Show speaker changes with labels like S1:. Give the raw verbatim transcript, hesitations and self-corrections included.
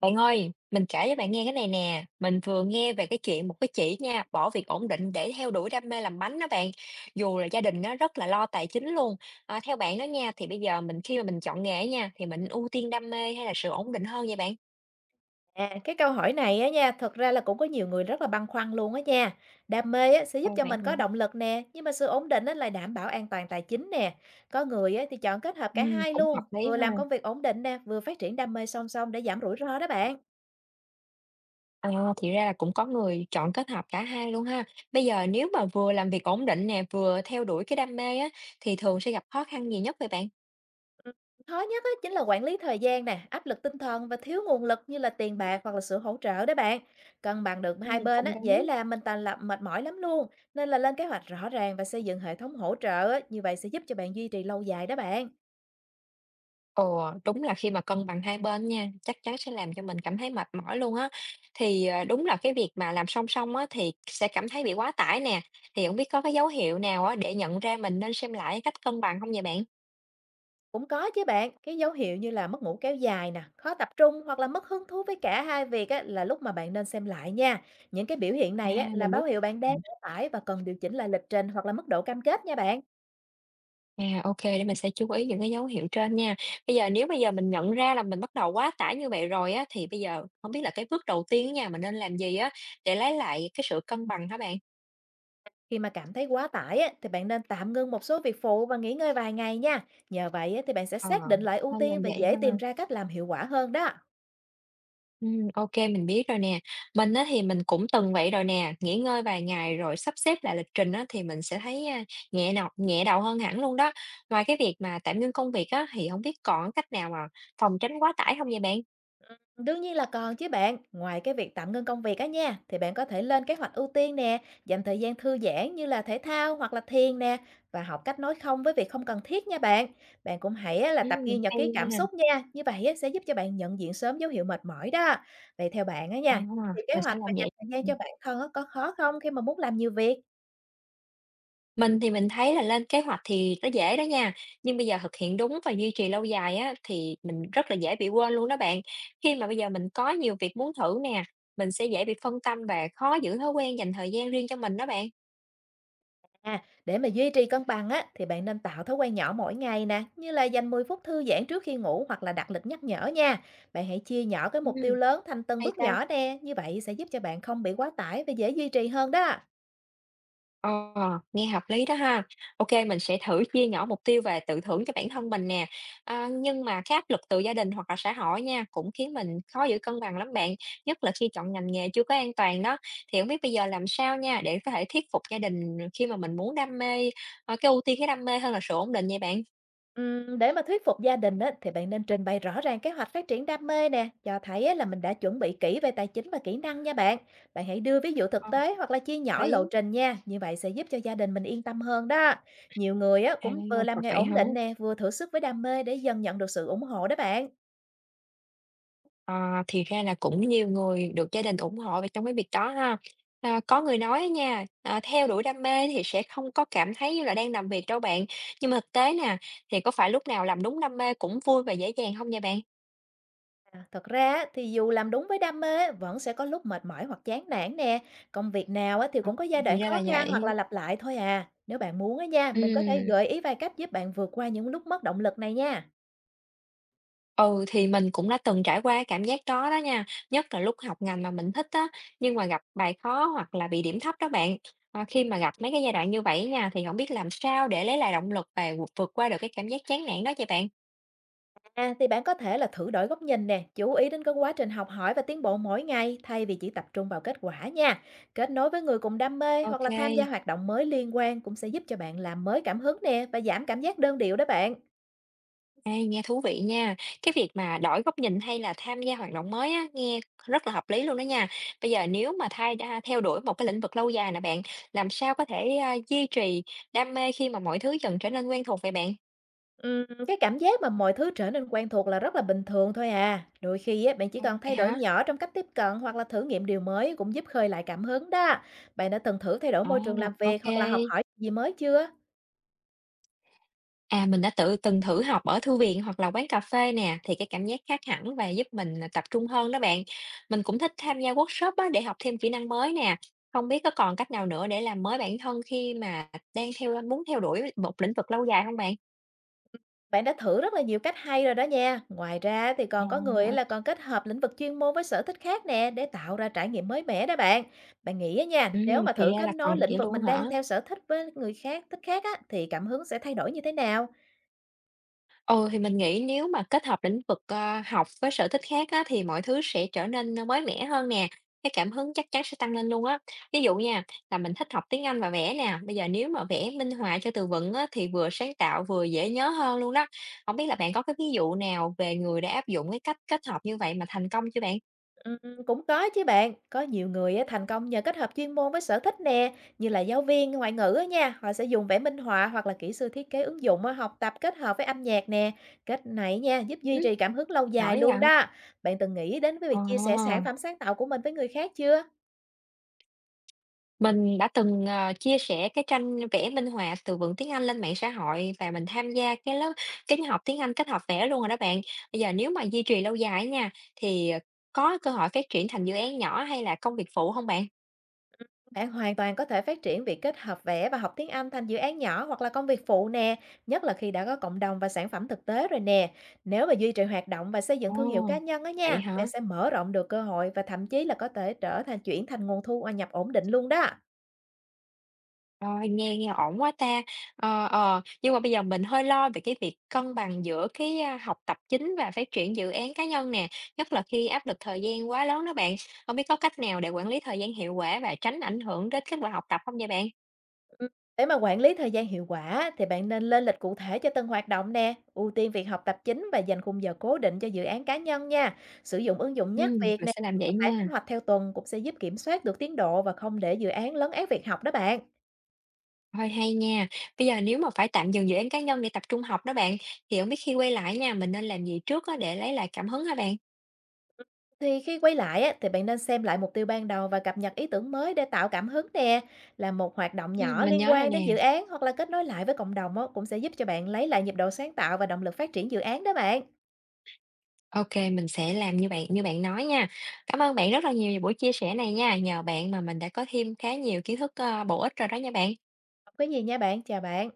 S1: Bạn ơi, mình kể cho bạn nghe cái này nè. Mình vừa nghe về cái chuyện một cái chị nha, bỏ việc ổn định để theo đuổi đam mê làm bánh đó bạn. Dù là gia đình nó rất là lo tài chính luôn. À, theo bạn đó nha, thì bây giờ mình khi mà mình chọn nghề nha, thì mình ưu tiên đam mê hay là sự ổn định hơn vậy bạn?
S2: À, cái câu hỏi này á nha, thật ra là cũng có nhiều người rất là băn khoăn luôn á nha. Đam mê á, sẽ giúp
S1: Ồ
S2: cho
S1: vậy
S2: mình
S1: hả?
S2: có động lực nè, nhưng mà sự ổn định á, lại đảm bảo an toàn tài chính nè. Có người á, thì chọn kết hợp
S1: Ừ,
S2: cả hai
S1: cũng hợp
S2: luôn,
S1: lý
S2: vừa làm
S1: ha.
S2: công việc ổn định nè, vừa phát triển đam mê song song để giảm rủi ro đó bạn.
S1: À, thì ra là cũng có người chọn kết hợp cả hai luôn ha. Bây giờ nếu mà vừa làm việc ổn định nè, vừa theo đuổi cái đam mê á, thì thường sẽ gặp khó khăn gì nhất vậy bạn?
S2: Ừ, khó nhất á, chính là quản lý thời gian nè, áp lực tinh thần và thiếu nguồn lực như là tiền bạc hoặc là sự hỗ trợ đó bạn. Cân bằng được
S1: Ừ,
S2: hai bên
S1: cũng
S2: á,
S1: đúng.
S2: dễ làm mình tàn lập mệt mỏi lắm luôn. Nên là lên kế hoạch rõ ràng và xây dựng hệ thống hỗ trợ á, như vậy sẽ giúp cho bạn duy trì lâu dài đó bạn.
S1: Ồ, đúng là khi mà cân bằng hai bên nha, chắc chắn sẽ làm cho mình cảm thấy mệt mỏi luôn á. Thì, ờ, đúng là cái việc mà làm song song á thì sẽ cảm thấy bị quá tải nè, thì không biết có cái dấu hiệu nào á để nhận ra mình nên xem lại cách cân bằng không vậy bạn?
S2: Cũng có chứ bạn, cái dấu hiệu như là mất ngủ kéo dài nè, khó tập trung hoặc là mất hứng thú với cả hai việc á, là lúc mà bạn nên xem lại nha. Những cái biểu hiện
S1: À,
S2: này á, là
S1: mình biết.
S2: báo hiệu bạn đang
S1: Ừm.
S2: quá tải và cần điều chỉnh lại lịch trình hoặc là mức độ cam kết nha bạn.
S1: À, ô để mình sẽ chú ý những cái dấu hiệu trên nha. Bây giờ nếu bây giờ mình nhận ra là mình bắt đầu quá tải như vậy rồi á, thì bây giờ không biết là cái bước đầu tiên nha, mình nên làm gì á để lấy lại cái sự cân bằng hả bạn?
S2: Khi mà cảm thấy quá tải á, thì bạn nên tạm ngưng một số việc phụ và nghỉ ngơi vài ngày nha. Nhờ vậy á, thì bạn sẽ
S1: Ờ,
S2: xác định lại ưu
S1: nên
S2: tiên
S1: làm
S2: và
S1: vậy
S2: dễ tìm
S1: ha.
S2: ra cách làm hiệu quả hơn đó.
S1: Ừm, ô mình biết rồi nè. Mình á thì mình cũng từng vậy rồi nè, nghỉ ngơi vài ngày rồi sắp xếp lại lịch trình á thì mình sẽ thấy, a, nhẹ nọc nhẹ đầu hơn hẳn luôn đó. Ngoài cái việc mà tạm ngưng công việc á, thì không biết còn cách nào mà phòng tránh quá tải không vậy bạn?
S2: Đương nhiên là còn chứ bạn, ngoài cái việc tạm ngưng công việc á nha, thì bạn có thể lên kế hoạch ưu tiên nè, dành thời gian thư giãn như là thể thao hoặc là thiền nè, và học cách nói không với việc không cần thiết nha bạn. Bạn cũng hãy á, là tập
S1: Ừm,
S2: ghi nhật
S1: hay
S2: ký cảm
S1: nha.
S2: xúc nha, như vậy á, sẽ giúp cho bạn nhận diện sớm dấu hiệu mệt mỏi đó. Vậy theo bạn á
S1: Ờ,
S2: nha, thì kế
S1: mình sẽ
S2: hoạch và
S1: làm
S2: dành
S1: vậy.
S2: thời gian cho bản thân á, có khó không khi mà muốn làm nhiều việc?
S1: Mình thì mình thấy là lên kế hoạch thì nó dễ đó nha, nhưng bây giờ thực hiện đúng và duy trì lâu dài á, thì mình rất là dễ bị quên luôn đó bạn. Khi mà bây giờ mình có nhiều việc muốn thử nè, mình sẽ dễ bị phân tâm và khó giữ thói quen dành thời gian riêng cho mình đó bạn.
S2: À, để mà duy trì cân bằng á, thì bạn nên tạo thói quen nhỏ mỗi ngày nè, như là dành mười phút thư giãn trước khi ngủ hoặc là đặt lịch nhắc nhở nha. Bạn hãy chia nhỏ cái
S1: Ừm,
S2: mục tiêu lớn thành từng
S1: hay
S2: bước
S1: ta.
S2: nhỏ nè, như vậy sẽ giúp cho bạn không bị quá tải và dễ duy trì hơn đó.
S1: Ờ, nghe hợp lý đó ha. OK, mình sẽ thử chia nhỏ mục tiêu và tự thưởng cho bản thân mình nè. À, nhưng mà cái áp lực từ gia đình hoặc là xã hội nha, cũng khiến mình khó giữ cân bằng lắm bạn, nhất là khi chọn ngành nghề chưa có an toàn đó. Thì không biết bây giờ làm sao nha, để có thể thuyết phục gia đình khi mà mình muốn đam mê, ờ, cái ưu tiên cái đam mê hơn là sự ổn định vậy bạn?
S2: Ừm, để mà thuyết phục gia đình á, thì bạn nên trình bày rõ ràng kế hoạch phát triển đam mê nè, cho thấy á, là mình đã chuẩn bị kỹ về tài chính và kỹ năng nha bạn. Bạn hãy đưa ví dụ thực
S1: Ờ.
S2: tế hoặc là chia nhỏ
S1: Đấy,
S2: lộ trình nha, như vậy sẽ giúp cho gia đình mình yên tâm hơn đó. Nhiều người á,
S1: à,
S2: cũng vừa
S1: thật
S2: làm nghề
S1: vậy
S2: ổn
S1: hả?
S2: định nè, vừa thử sức với đam mê để dần nhận được sự ủng hộ đó bạn.
S1: À, thì ra là cũng nhiều người được gia đình ủng hộ về trong cái việc đó ha. À, có người nói nha, à, theo đuổi đam mê thì sẽ không có cảm thấy như là đang làm việc đâu bạn. Nhưng mà thực tế nè, thì có phải lúc nào làm đúng đam mê cũng vui và dễ dàng không nha bạn?
S2: À, thật ra á, thì dù làm đúng với đam mê á, vẫn sẽ có lúc mệt mỏi hoặc chán nản nè. Công việc nào á, thì
S1: À,
S2: cũng có giai
S1: thì
S2: đoạn
S1: ra là
S2: khó khăn
S1: vậy.
S2: hoặc là lặp lại thôi à. Nếu bạn muốn á nha, mình có thể
S1: Ừm,
S2: gợi ý vài cách giúp bạn vượt qua những lúc mất động lực này nha.
S1: Ừ, thì mình cũng đã từng trải qua cảm giác đó đó nha. Nhất là lúc học ngành mà mình thích á, nhưng mà gặp bài khó hoặc là bị điểm thấp đó bạn. À, khi mà gặp mấy cái giai đoạn như vậy nha, thì không biết làm sao để lấy lại động lực và vượt qua được cái cảm giác chán nản đó vậy bạn?
S2: À, thì bạn có thể là thử đổi góc nhìn nè, chú ý đến cái quá trình học hỏi và tiến bộ mỗi ngày thay vì chỉ tập trung vào kết quả nha. Kết nối với người cùng đam mê hoặc là tham gia
S1: OK,
S2: hoạt động mới liên quan cũng sẽ giúp cho bạn làm mới cảm hứng nè và giảm cảm giác đơn điệu đó bạn.
S1: ê, nghe thú vị nha. Cái việc mà đổi góc nhìn hay là tham gia hoạt động mới á, nghe rất là hợp lý luôn đó nha. Bây giờ nếu mà thay đa theo đuổi một cái lĩnh vực lâu dài nè bạn, làm sao có thể, a, duy trì đam mê khi mà mọi thứ dần trở nên quen thuộc vậy bạn?
S2: Ừm, cái cảm giác mà mọi thứ trở nên quen thuộc là rất là bình thường thôi à. Đôi khi á, bạn chỉ
S1: Ừm.
S2: cần
S1: Vậy
S2: thay đổi
S1: hả?
S2: nhỏ trong cách tiếp cận hoặc là thử nghiệm điều mới cũng giúp khơi lại cảm hứng đó. Bạn đã từng thử thay đổi
S1: À,
S2: môi trường
S1: ô
S2: làm việc hoặc là học hỏi gì mới chưa?
S1: à, mình đã tự từng thử học ở thư viện hoặc là quán cà phê nè, thì cái cảm giác khác hẳn và giúp mình là tập trung hơn đó bạn. Mình cũng thích tham gia workshop á, để học thêm kỹ năng mới nè. Không biết có còn cách nào nữa để làm mới bản thân khi mà đang theo muốn theo đuổi một lĩnh vực lâu dài không bạn?
S2: Bạn đã thử rất là nhiều cách hay rồi đó nha. Ngoài ra thì còn có người
S1: Ồ,
S2: là còn kết hợp lĩnh vực chuyên môn với sở thích khác nè để tạo ra trải nghiệm mới mẻ đó bạn. Bạn nghĩ á nha,
S1: ừ,
S2: nếu mà
S1: thì
S2: thử
S1: ra
S2: kết
S1: là còn
S2: nối
S1: được
S2: lĩnh
S1: vậy
S2: vực
S1: luôn
S2: mình
S1: hả?
S2: đang theo sở thích với người khác, thích khác á thì cảm hứng sẽ thay đổi như thế nào?
S1: Ừ, thì mình nghĩ nếu mà kết hợp lĩnh vực, ờ, học với sở thích khác á, thì mọi thứ sẽ trở nên, ơ, mới mẻ hơn nè, cái cảm hứng chắc chắn sẽ tăng lên luôn á. Ví dụ nha, là mình thích học tiếng Anh và vẽ nè, bây giờ nếu mà vẽ minh họa cho từ vựng á, thì vừa sáng tạo vừa dễ nhớ hơn luôn đó. Không biết là bạn có cái ví dụ nào về người đã áp dụng cái cách kết hợp như vậy mà thành công chưa bạn?
S2: Ừm, cũng có chứ bạn, có nhiều người á, thành công nhờ kết hợp chuyên môn với sở thích nè, như là giáo viên ngoại ngữ á nha, họ sẽ dùng vẽ minh họa hoặc là kỹ sư thiết kế ứng dụng á, học tập kết hợp với âm nhạc nè. Cách này nha, giúp duy
S1: Ừm,
S2: trì cảm hứng lâu
S1: giỏi
S2: dài luôn
S1: vậy!
S2: đó. Bạn từng nghĩ đến với
S1: Ờ.
S2: việc chia sẻ sản phẩm sáng tạo của mình với người khác chưa?
S1: Mình đã từng, ờ, chia sẻ cái tranh vẽ minh họa từ vựng tiếng Anh lên mạng xã hội và mình tham gia cái lớp cái học tiếng Anh kết hợp vẽ luôn rồi đó bạn. Bây giờ nếu mà duy trì lâu dài á nha, thì, ờ, có cơ hội phát triển thành dự án nhỏ hay là công việc phụ không bạn?
S2: Bạn hoàn toàn có thể phát triển việc kết hợp vẽ và học tiếng Anh thành dự án nhỏ hoặc là công việc phụ nè, nhất là khi đã có cộng đồng và sản phẩm thực tế rồi nè. Nếu mà duy trì hoạt động và xây dựng thương hiệu
S1: Ồ,
S2: cá nhân á
S1: vậy
S2: nha, bạn
S1: hả?
S2: sẽ mở rộng được cơ hội và thậm chí là có thể trở thành chuyển thành nguồn thu nhập ổn định luôn đó.
S1: Rồi, nghe nghe ổn quá ta! Ờ, ờ, nhưng mà bây giờ mình hơi lo về cái việc cân bằng giữa cái, a, học tập chính và phát triển dự án cá nhân nè, nhất là khi áp lực thời gian quá lớn đó bạn. Không biết có cách nào để quản lý thời gian hiệu quả và tránh ảnh hưởng đến kết quả học tập không nha bạn?
S2: Ừ, để mà quản lý thời gian hiệu quả thì bạn nên lên lịch cụ thể cho từng hoạt động nè, ưu tiên việc học tập chính và dành khung giờ cố định cho dự án cá nhân nha. Sử dụng ứng dụng nhắc
S1: Ừm,
S2: việc
S1: mình
S2: nè,
S1: sẽ làm vậy
S2: phải
S1: nha.
S2: kế hoạch theo tuần cũng sẽ giúp kiểm soát được tiến độ và không để dự án lấn át việc học đó bạn.
S1: Ôi, hay nha! Bây giờ nếu mà phải tạm dừng dự án cá nhân để tập trung học đó bạn, thì không biết khi quay lại nha, mình nên làm gì trước á để lấy lại cảm hứng hả bạn?
S2: Thì khi quay lại á, thì bạn nên xem lại mục tiêu ban đầu và cập nhật ý tưởng mới để tạo cảm hứng nè. Là một hoạt động
S1: Ừm,
S2: nhỏ
S1: mình
S2: liên
S1: nhớ rồi
S2: quan đến
S1: nè.
S2: dự án hoặc là kết nối lại với cộng đồng á, cũng sẽ giúp cho bạn lấy lại nhịp độ sáng tạo và động lực phát triển dự án đó bạn.
S1: OK, mình sẽ làm như bạn như bạn nói nha. Cảm ơn bạn rất là nhiều về buổi chia sẻ này nha, nhờ bạn mà mình đã có thêm khá nhiều kiến thức, ơ, bổ ích rồi đó nha bạn.
S2: Không có gì nha bạn, chào bạn.